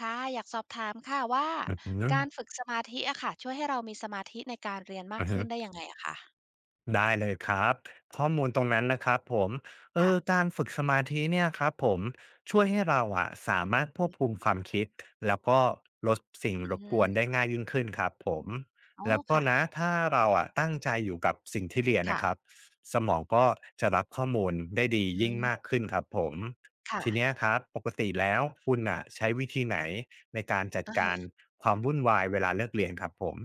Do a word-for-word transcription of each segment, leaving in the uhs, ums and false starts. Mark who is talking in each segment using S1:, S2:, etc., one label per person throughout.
S1: ค่ะอยากสอบถามค่ะว่า
S2: อื
S1: การฝึ
S2: ม
S1: กสมาธิอะค่ะช่วยให้เรามีสมาธิในการเรียนมา
S2: อื
S1: ก
S2: อฮึ
S1: ขึ้นได้ยังไงอะคะ
S2: ได้เลยครับข้อมูลตรงนั้นนะครับผมเออ
S1: ค่ะ
S2: การฝึกสมาธิเนี่ยครับผมช่วยให้เราอะสามารถค
S1: อื
S2: วบคุม
S1: อ
S2: ความคิดแล้วก็ลดสิ่ง
S1: อื
S2: รบกวน
S1: ม
S2: ได้ง่ายยิ่งขึ้นครับผม
S1: อ๋อ
S2: แล้วก็นะ
S1: ค่ะ
S2: ถ้าเราอะตั้งใจอยู่กับสิ่งที่เรียนนะครับ
S1: ค่ะ
S2: สมองก็จะรับข้อมูลได้ดี
S1: อื
S2: ยิ่งมาก
S1: ม
S2: ขึ้นครับผม
S1: ค่ะ
S2: ทีเนี้ยครับปกติแล้วคุณอะใช้วิธีไหนในการจัด
S1: อะ
S2: กา
S1: ฮะ
S2: รความวุ่นวายเวลาเลิกเรียนครับผม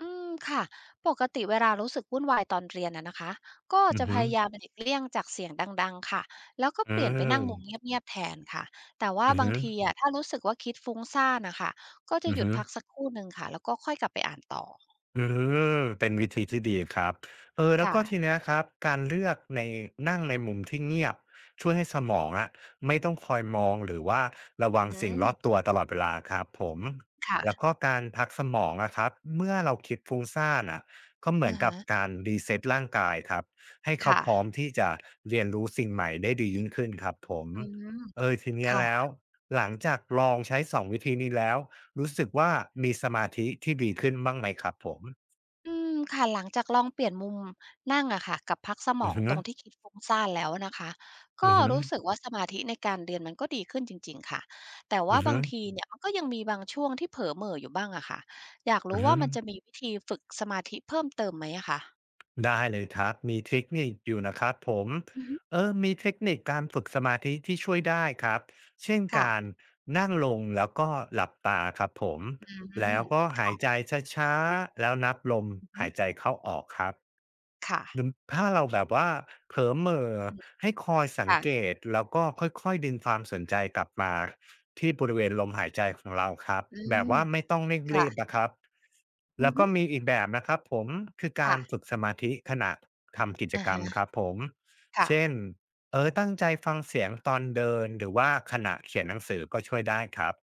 S1: อืมค่ะปกติเวลารู้สึกวุ่นวายตอนเรียนอะนะคะก็
S2: อือ
S1: จะพ
S2: ฮึ
S1: ยายามหลีกเลี่ยงจากเสียงดังๆค่ะแล้วก็
S2: อื
S1: เปลี่ยนไปนั่งมุม
S2: ม
S1: เงียบๆแทนค่ะแต่ว่า
S2: อือ
S1: บาง
S2: ฮึ
S1: ทีอะถ้ารู้สึกว่าคิดฟุ้งซ่านน่ะค่ะก็จะ
S2: อื
S1: ห
S2: อ
S1: ยุด
S2: ฮึ
S1: พักสักครู่หนึ่งค่ะแล้วก็ค่อยกลับไปอ่านต่อ
S2: อืมเป็นวิธีที่ดีครับเออแล้ว
S1: ค่ะ
S2: ก็ทีเนี้ยครับการเลือกในนั่งในมุมที่เงียบช่วยให้สมองอะไม่ต้องคอยมองหรือว่าระวั
S1: อื
S2: งสิ่ง
S1: ม
S2: รอบตัวตลอดเวลาครับผมแล้ว
S1: ค่ะ
S2: ก็การพักสมองอะครับเมื่อเราคิดฟุ้งซ่านน่ะก็เหมือ
S1: อะ
S2: นกั
S1: ฮะ
S2: บการรีเซตร่างกายครับให้เขา
S1: ค่ะ
S2: พร้อมที่จะเรียนรู้สิ่งใหม่ได้ดียิ่งขึ้นครับผม
S1: อืม
S2: เออทีเนี้ย
S1: ค่ะ
S2: แล้วหลังจากลองใช้สองวิธีนี้แล้ว รู้สึกว่ามีสมาธิที่ดีขึ้นบ้างไหมครับผม
S1: อืมค่ะ หลังจากลองเปลี่ยนมุมนั่งอะค่ะกับพักสม
S2: อื
S1: อ
S2: อ
S1: ง
S2: ฮึ
S1: ตรงที่คิดฟุ้งซ่านแล้วนะคะก็
S2: อือฮึ
S1: รู้สึกว่าสมาธิในการเรียนมันก็ดีขึ้นจริงๆค่ะ แต่
S2: อื
S1: ว่า
S2: อ
S1: บา
S2: ฮึ
S1: งทีเนี่ยมันก็ยังมีบางช่วงที่เผลอเหม่ออยู่บ้างอะค่ะ อยาก
S2: อื
S1: รู้
S2: อ
S1: ว่า
S2: ฮึ
S1: มันจะมีวิธีฝึกสมาธิเพิ่มเติมไหมอะคะ
S2: ได้เลยครับมีเทคนิคอยู่นะครับผม
S1: อือฮึ
S2: เออมีเทคนิคการฝึกสมาธิที่ช่วยได้ครับ เช่น
S1: ค่ะ
S2: การนั่งลงแล้วก็หลับตาครับผม
S1: อื
S2: แล้
S1: ม
S2: วก็หายใจช้าๆแล้วนับลม
S1: อือฮึ
S2: หายใจเข้าออกครับ
S1: ค่ะ
S2: หรือถ้าเราแบบว่าเผลอเหม่อ
S1: อืม
S2: ให้คอยสัง
S1: ค่ะ
S2: เกตแล้วก็ค่อยๆดึงความสนใจกลับมาที่บริเวณลมหายใจของเราครับ
S1: อื
S2: แบ
S1: ม
S2: บว่าไม่ต้องเร่งรีบ
S1: ค่ะ
S2: นะครับ
S1: อื
S2: แล้
S1: อ
S2: ว
S1: ฮึ
S2: ก็มีอีกแบบนะครับผมคือกา
S1: ค่ะ
S2: รฝึกสมาธิขณะทำกิจ
S1: อะ
S2: กรรมค
S1: ฮะ
S2: รับผม
S1: ค่ะ
S2: เช่นเออตั้งใจฟังเสียงตอนเดินหรือว่าขณะเขียนหนังสือก็ช่วยได้ครับ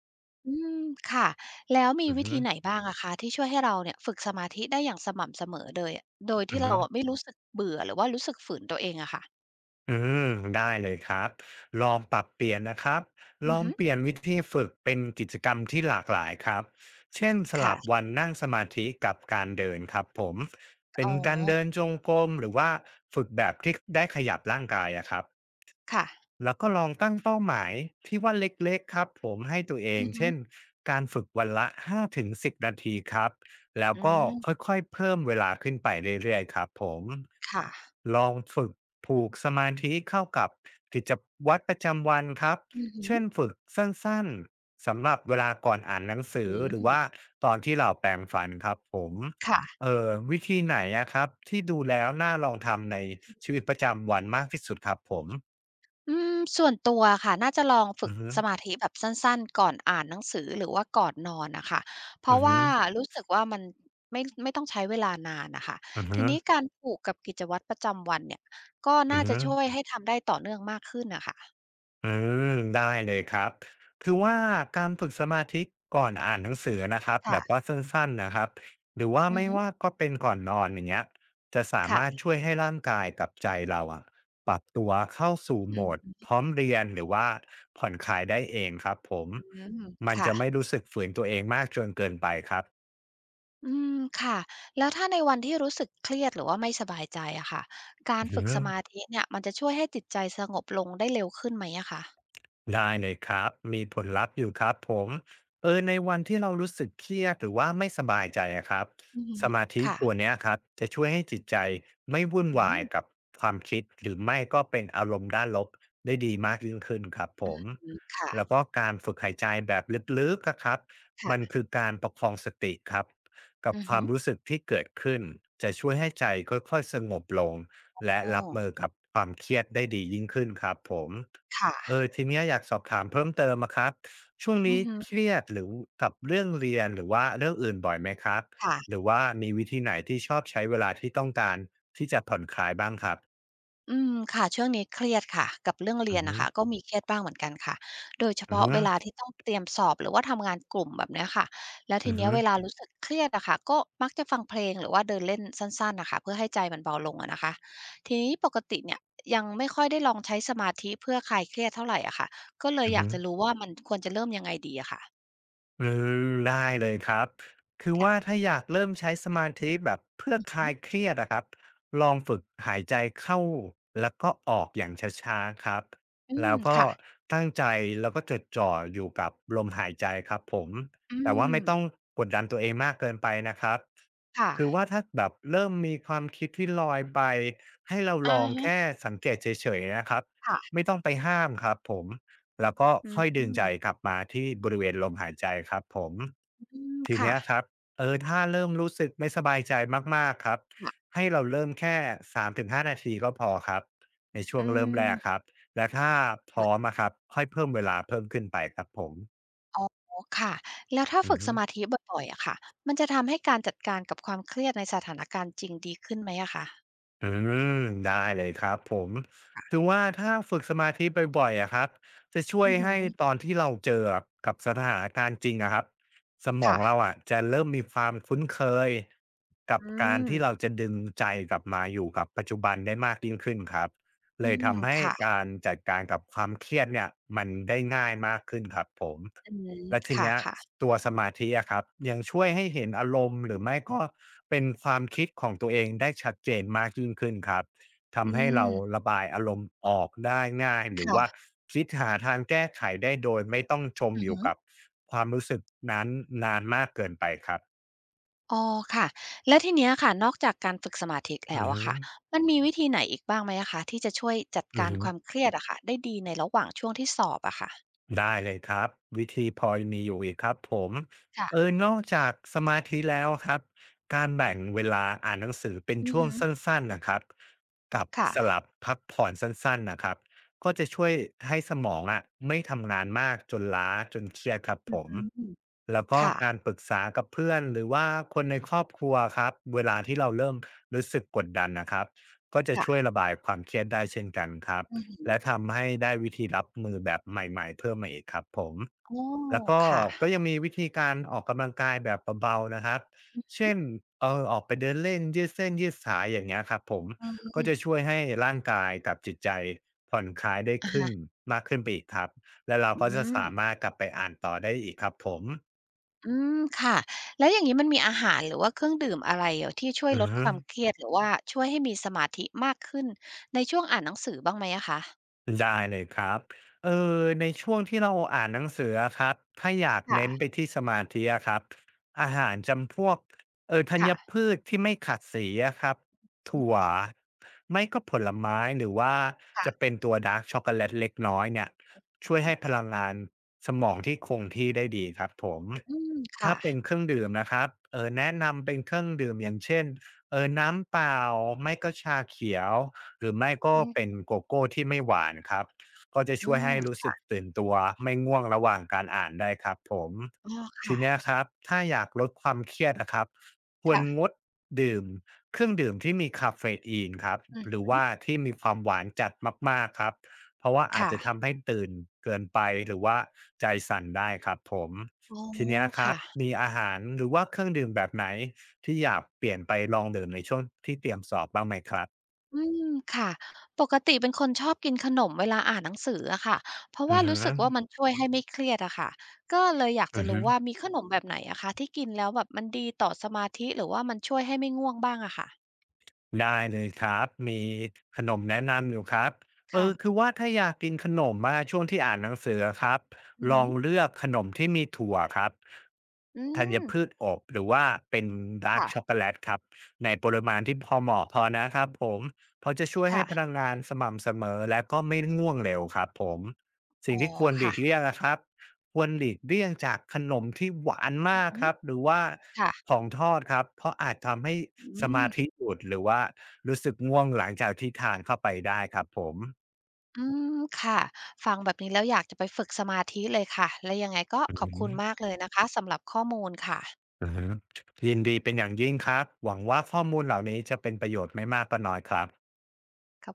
S1: อืมค่ะแล้วมี
S2: อือ
S1: วิ
S2: ฮึ
S1: ธีไหนบ้างอะคะที่ช่วยให้เราเนี่ยฝึกสมาธิได้อย่างสม่ำเสมอเลยอะโดยที่
S2: อือ
S1: เรา
S2: ฮึ
S1: อะไม่รู้สึกเบื่อหรือว่ารู้สึกฝืนตัวเองอะค่ะ
S2: อืมได้เลยครับลองปรับเปลี่ยนนะครับล
S1: อือ
S2: อง
S1: ฮึ
S2: เปลี่ยนวิธีฝึกเป็นกิจกรรมที่หลากหลายครับเช่นส
S1: ค่ะ
S2: ลับวันนั่งสมาธิกับการเดินครับผมเป็
S1: อ๋
S2: น
S1: อ
S2: การเดินจงกรมหรือว่าฝึกแบบที่ได้ขยับร่างกายอะครับ
S1: ค่ะ
S2: แล้วก็ลองตั้งเป้าหมายที่ว่าเล็กๆครับผมให้ตัวเอ
S1: อื
S2: ง
S1: อฮึ
S2: เช่นการฝึกวันละห้าถึงสิบนาทีครับแล้ว
S1: อื
S2: ก็ค
S1: ม
S2: ่อยๆเพิ่มเวลาขึ้นไปเรื่อยๆครับผม
S1: ค่ะ
S2: ลองฝึกผูกสมาธิเข้ากับกิจวัตรประจำวันครับ
S1: อือฮึ
S2: เช่นฝึกสั้นๆสำหรับเวลาก่อนอ่านหนังสื
S1: อื
S2: อหรือว่า
S1: ม
S2: ตอนที่เราแปรงฟันครับผม
S1: ค่ะ
S2: เออวิธีไหนอะครับที่ดูแล้วน่าลองทำในชีวิตประจำวันมากที่สุดครับผม
S1: อืมส่วนตัวอะค่ะน่าจะลองฝึ
S2: อื
S1: ก
S2: อฮึ
S1: สมาธิแบบสั้นๆก่อนอ่านหนังสือหรือว่าก่อนนอนนะค่ะเพ
S2: อื
S1: ราะ
S2: อฮึ
S1: ว่ารู้สึกว่ามันไม่ไม่ต้องใช้เวลานานน่ะค่ะ
S2: อือฮึ
S1: ทีนี้การผูกกับกิจวัตรประจำวันเนี่ยก็
S2: อื
S1: น่า
S2: อ
S1: จะ
S2: ฮึ
S1: ช่วยให้ทำได้ต่อเนื่องมากขึ้นน่ะค่ะ
S2: อืมได้เลยครับคือว่าการฝึกสมาธิก่อนอ่านหนังสือนะครับแบบ
S1: ค่ะ
S2: ว่าสั้นๆนะครับ หรือว่า
S1: อือ
S2: ไม่
S1: ฮึ
S2: ว่าก็เป็นก่อนนอนอย่างเงี้ยจะสามารถ
S1: ค่ะ
S2: ช่วยให้ร่างกายกับใจเราอะปรับตัวเข้าสู่โหมด
S1: อืม
S2: พร้อมเรียนหรือว่าผ่อนคลายได้เองครับผม มัน
S1: ค่ะ
S2: จะไม่รู้สึกฝืนตัวเองมากจนเกินไปครับ
S1: อืมค่ะแล้วถ้าในวันที่รู้สึกเครียดหรือว่าไม่สบายใจอะค่ะการ
S2: อือ
S1: ฝึก
S2: ฮึ
S1: สมาธิเนี่ยมันจะช่วยให้จิตใจสงบลงได้เร็วขึ้นไหมอะคะ
S2: ได้เลยครับมีผลลัพธ์อยู่ครับผมเออในวันที่เรารู้สึกเครียดหรือว่าไม่สบายใจอะครับ
S1: อือฮึ
S2: สมาธิ
S1: ค่ะ
S2: ตัวเนี้ยครับจะช่วยให้จิตใจไม่วุ่น
S1: อื
S2: วา
S1: ม
S2: ยกับความคิดหรือไม่ก็เป็นอารมณ์ด้านลบได้ดีมากยิ่งขึ้นครับผม
S1: อืมค่ะ
S2: แล้วก็การฝึกหายใจแบบลึกๆนะครับมัน
S1: ค่ะ
S2: คือการประคองสติครับกับ
S1: อือ
S2: ค
S1: ฮึ
S2: วามรู้สึกที่เกิดขึ้นจะช่วยให้ใจค่อยๆสงบลง
S1: อ
S2: และ
S1: ้อ
S2: รับมือกับความเครียดได้ดียิ่งขึ้นครับผม
S1: ค่ะ
S2: เออทีเนี้ยอยากสอบถามเพิ่มเติมอะครับช่วง
S1: อือ
S2: นี้
S1: ฮึ
S2: เครียดหรือกับเรื่องเรียนหรือว่าเรื่องอื่นบ่อยไหมครับ
S1: ค่ะ
S2: หรือว่ามีวิธีไหนที่ชอบใช้เวลาที่ต้องการที่จะผ่อนคลายบ้างครับ
S1: อืมค่ะช่วงนี้เครียดค่ะกับเรื่องเรี
S2: อื
S1: ย
S2: อ
S1: น
S2: ฮึ
S1: น่ะค่ะก็มีเครียดบ้างเหมือนกันค่ะโดยเฉ
S2: อือ
S1: พาะ
S2: ฮึ
S1: เวลาที่ต้องเตรียมสอบหรือว่าทำงานกลุ่มแบบเนี้ยค่ะแล้วที
S2: อือ
S1: เนี้ย
S2: ฮึ
S1: เวลารู้สึกเครียดอะค่ะก็มักจะฟังเพลงหรือว่าเดินเล่นสั้นๆน่ะค่ะเพื่อให้ใจมันเบาลงอะนะคะทีนี้ปกติเนี่ยยังไม่ค่อยได้ลองใช้สมาธิเพื่อคลายเครียดเท่าไรอะค่ะก็เลย
S2: อือ
S1: อยา
S2: ฮึ
S1: กจะรู้ว่ามันควรจะเริ่มยังไงดีอะค่ะ
S2: อืมได้เลยครับคือ
S1: ค่ะ
S2: ว่าถ้าอยากเริ่มใช้สมาธิแบบเพื่อ
S1: อือ
S2: ค
S1: ฮึ
S2: ลายเครียดนะครับลองฝึกหายใจเข้าแล้วก็ออกอย่างช้าๆครับ
S1: อืม
S2: แล้วก็
S1: ค่ะ
S2: ตั้งใจแล้วก็จดจ่ออยู่กับลมหายใจครับผม
S1: อื
S2: แต่ว่า
S1: ม
S2: ไม่ต้องกดดันตัวเองมากเกินไปนะครับ
S1: ค่ะ
S2: คือว่าถ้าแบบเริ่มมีความคิดที่ลอยไปให้เรา
S1: อะ
S2: ลอง
S1: ฮะ
S2: แค่สังเกตเฉยๆนะครับ
S1: ค่ะ
S2: ไม่ต้องไปห้ามครับผม แล้วก็
S1: อืม
S2: ค่อย
S1: อื
S2: ดึงใจกลับมาที่บริเวณลมหายใจครับผม
S1: ม
S2: ที
S1: ค่ะ
S2: เนี้ยครับเออถ้าเริ่มรู้สึกไม่สบายใจมากๆครับ
S1: ค่ะ
S2: ให้เราเริ่มแค่สามถึงห้านาทีก็พอครับในช่ว
S1: อื
S2: งเริ่ม
S1: ม
S2: แรกครับและถ้าพร้อม
S1: ค่ะ
S2: อะครับค่อยเพิ่มเวลาเพิ่มขึ้นไปครับผม
S1: อ๋อค่ะ แล้วถ้า
S2: อื
S1: ฝึ
S2: อ
S1: กส
S2: ฮึ
S1: มาธิบ่อยๆอะค่ะมันจะทำให้การจัดการกับความเครียดในสถานการณ์จริงดีขึ้นไหมอะคะ
S2: อืมได้เลยครับผมคือว่าถ้าฝึกสมาธิบ่อยๆอะครับจะช่วย
S1: อือฮึ
S2: ให้ตอนที่เราเจอกับสถานการณ์จริงอะครับสมอง
S1: ค่ะ
S2: เราอะจะเริ่มมีความคุ้นเคยกับ
S1: อื
S2: การ
S1: ม
S2: ที่เราจะดึงใจกลับมาอยู่กับปัจจุบันได้มากยิ่งขึ้นครับ
S1: อื
S2: เลย
S1: ม
S2: ทำให้
S1: ค่ะ
S2: การจัดการกับความเครียดเนี่ยมันได้ง่ายมากขึ้นครับผม
S1: อืม
S2: และวที
S1: ค
S2: เนี้ย
S1: ่ะๆ
S2: ตัวสมาธิอะครับยังช่วยให้เห็นอารมณ์หรือไม่ก็เป็นความคิดของตัวเองได้ชัดเจนมากยิ่งขึ้นครับ
S1: อื
S2: ทำให้เรา
S1: ม
S2: ระบายอารมณ์ออกได้ง่ายหรือว่า
S1: ค่ะ
S2: คิดหาทางแก้ไขได้โดยไม่ต้องจม
S1: อือ
S2: อยู่
S1: ฮึ
S2: กับความรู้สึกนั้นนานมากเกินไปครับ
S1: อ๋อค่ะแล้วทีเนี้ยค่ะนอกจากการฝึกสมาธิแล้
S2: อื
S1: ว
S2: อฮึ
S1: อะค่ะมันมีวิธีไหนอีกบ้างไหมอะคะที่จะช่วยจัด
S2: อื
S1: กา
S2: อ
S1: ร
S2: ฮึ
S1: ความเครียดอะค่ะได้ดีในระหว่างช่วงที่สอบอะค่ะ
S2: ได้เลยครับวิธีพอมีอยู่อีกครับผมเอ
S1: ค่ะ
S2: อนอกจากสมาธิแล้วครับการแบ่งเวลาอ่านหนังสือเป็น
S1: อือ
S2: ช่ว
S1: ฮึ
S2: งสั้นๆนะครับกับ
S1: ค่ะ
S2: สลับพักผ่อนสั้นๆนะครับก็จะช่วยให้สมองอะไม่ทำงานมากจนล้าจนเครียดครับ
S1: อื
S2: ผม
S1: ม
S2: แล้วก็
S1: ค่ะ
S2: การปรึกษากับเพื่อนหรือว่าคนในครอบครัวครับเวลาที่เราเริ่มรู้สึกกดดันนะครับก็จะช่วย
S1: ค่ะ
S2: ระบายความเครียดได้เช่นกันครับ
S1: อือฮึ
S2: และทำให้ได้วิธีรับมือแบบใหม่ๆเพิ่มมาอีกครับผม
S1: โอ้
S2: แล้วก็
S1: ค่ะ
S2: ก็ยังมีวิธีการออกกำลังกายแบบเบาๆนะครับเช่นเอ่อออกไปเดินเล่นยืดเส้นยืดสายอย่างเงี้ยครับผม
S1: อื
S2: ก็จะ
S1: ม
S2: ช่วยให้ร่างกายกับจิตใจผ่อนคลายได้
S1: อะ
S2: ขึ้
S1: ฮะ
S2: นมากขึ้นไปอีกครับและเรา
S1: อื
S2: ก็จะ
S1: ม
S2: สามารถกลับไปอ่านต่อได้อีกครับผม
S1: อืมค่ะแล้วอย่างงี้มันมีอาหารหรือว่าเครื่องดื่มอะไรเหรอที่ช่วย
S2: อื
S1: ล
S2: อ
S1: ดค
S2: ฮึ
S1: วามเครียดหรือว่าช่วยให้มีสมาธิมากขึ้นในช่วงอ่านหนังสือบ้างไหมอะคะ
S2: ได้เลยครับเออในช่วงที่เราอ่านหนังสืออะครับถ้าอยากเน้นไป
S1: ค่ะ
S2: ที่สมาธิอะครับอาหารจำพวกเอ่อธัญ
S1: ค่ะ
S2: พืชที่ไม่ขัดสีอะครับ
S1: อื
S2: ถั่ว
S1: ม
S2: ไม่ก็ผลไม้หรือว่า
S1: ค่ะ
S2: จะเป็นตัวดาร์กช็อกโกแลตเล็กน้อยเนี่ยช่วยให้พลังงานสมองที่คงที่ได้ดีครับผม
S1: อืมค่ะ
S2: ถ้าเป็นเครื่องดื่มนะครับเอ่อแนะนำเป็นเครื่องดื่มอย่างเช่นเอ่อน้ำเปล่าไม่ก็ชาเขียว หรือไม่ก็
S1: อื
S2: เป็น
S1: ม
S2: โกโก้ที่ไม่หวานครับก็จะ
S1: อื
S2: ช่วย
S1: ม
S2: ให้รู้สึ
S1: ค่ะ
S2: กตื่นตัวไม่ง่วงระหว่างการอ่านได้ครับผม
S1: อ้อ
S2: ทีเนี้ย
S1: ค่ะ
S2: ครับถ้าอยากลดความเครียดนะครับควร
S1: ค่ะ
S2: งดดื่มเครื่องดื่มที่มีคาเฟอีนครับ
S1: อื
S2: หรือ
S1: ม
S2: ว่าที่มีความหวานจัดมากๆครับเพราะว่าอาจ
S1: ค่ะ
S2: จะทำให้ตื่นเกินไปหรือว่าใจสั่นได้ครับผม
S1: อ๋อ
S2: ทีเนี้ยครั
S1: ค่ะ
S2: บมีอาหารหรือว่าเครื่องดื่มแบบไหนที่อยากเปลี่ยนไปลองดื่มในช่วงที่เตรียมสอบบ้างไหมครับ
S1: อืมค่ะปกติเป็นคนชอบกินขนมเวลาอ่านหนังสืออะค่ะเพราะ
S2: อื
S1: ว่า
S2: อฮึ
S1: รู้สึกว่ามันช่วยให้ไม่เครียดอะค่ะก็เลยอยากจะ
S2: อือ
S1: รู้
S2: ฮึ
S1: ว่ามีขนมแบบไหนอะคะที่กินแล้วแบบมันดีต่อสมาธิหรือว่ามันช่วยให้ไม่ง่วงบ้างอะค่ะ
S2: ได้เลยครับมีขนมแนะนำอยู่ครับเออ
S1: ค่ะ
S2: คือว่าถ้าอยากกินขนมมาช่วงที่อ่านหนังสือครับ
S1: อือ
S2: ล
S1: ฮึ
S2: องเลือกขนมที่มีถั่วครับ
S1: อื
S2: ธัญ
S1: ม
S2: พืชอบหรือว่าเป็นดาร์กช็อก
S1: ค่ะ
S2: โกแลตครับในปริมาณที่พอเหมาะพอนะครับผมเพราะจะช่วยให้พลั
S1: ค่ะ
S2: งงานสม่ำเสมอและก็ไม่ง่วงเร็วครับผมสิ่
S1: อ๋อ
S2: งที่ควรหลี
S1: ค่ะ
S2: กเลี่ยงอะครับ ควรหลีกเลี่ยงจากขนมที่หวาน
S1: อื
S2: มา
S1: อ
S2: ก
S1: ฮึ
S2: ครับหรือว่า
S1: ค่ะ
S2: ของทอดครับเพราะอาจทำให้
S1: อื
S2: สมาธิ
S1: ม
S2: หลุดหรือว่ารู้สึกง่วงหลังจากที่ทานเข้าไปได้ครับผม
S1: อืมค่ะฟังแบบนี้แล้วอยากจะไปฝึกสมาธิเลยค่ะและยังไงก็
S2: อื
S1: ขอบคุ
S2: ม
S1: ณมากเลยนะคะสำหรับข้อมูลค่ะ
S2: อืมยินดีเป็นอย่างยิ่งครับหวังว่าข้อมูลเหล่านี้จะเป็นประโยชน์ไม่มากก็น้อยครับ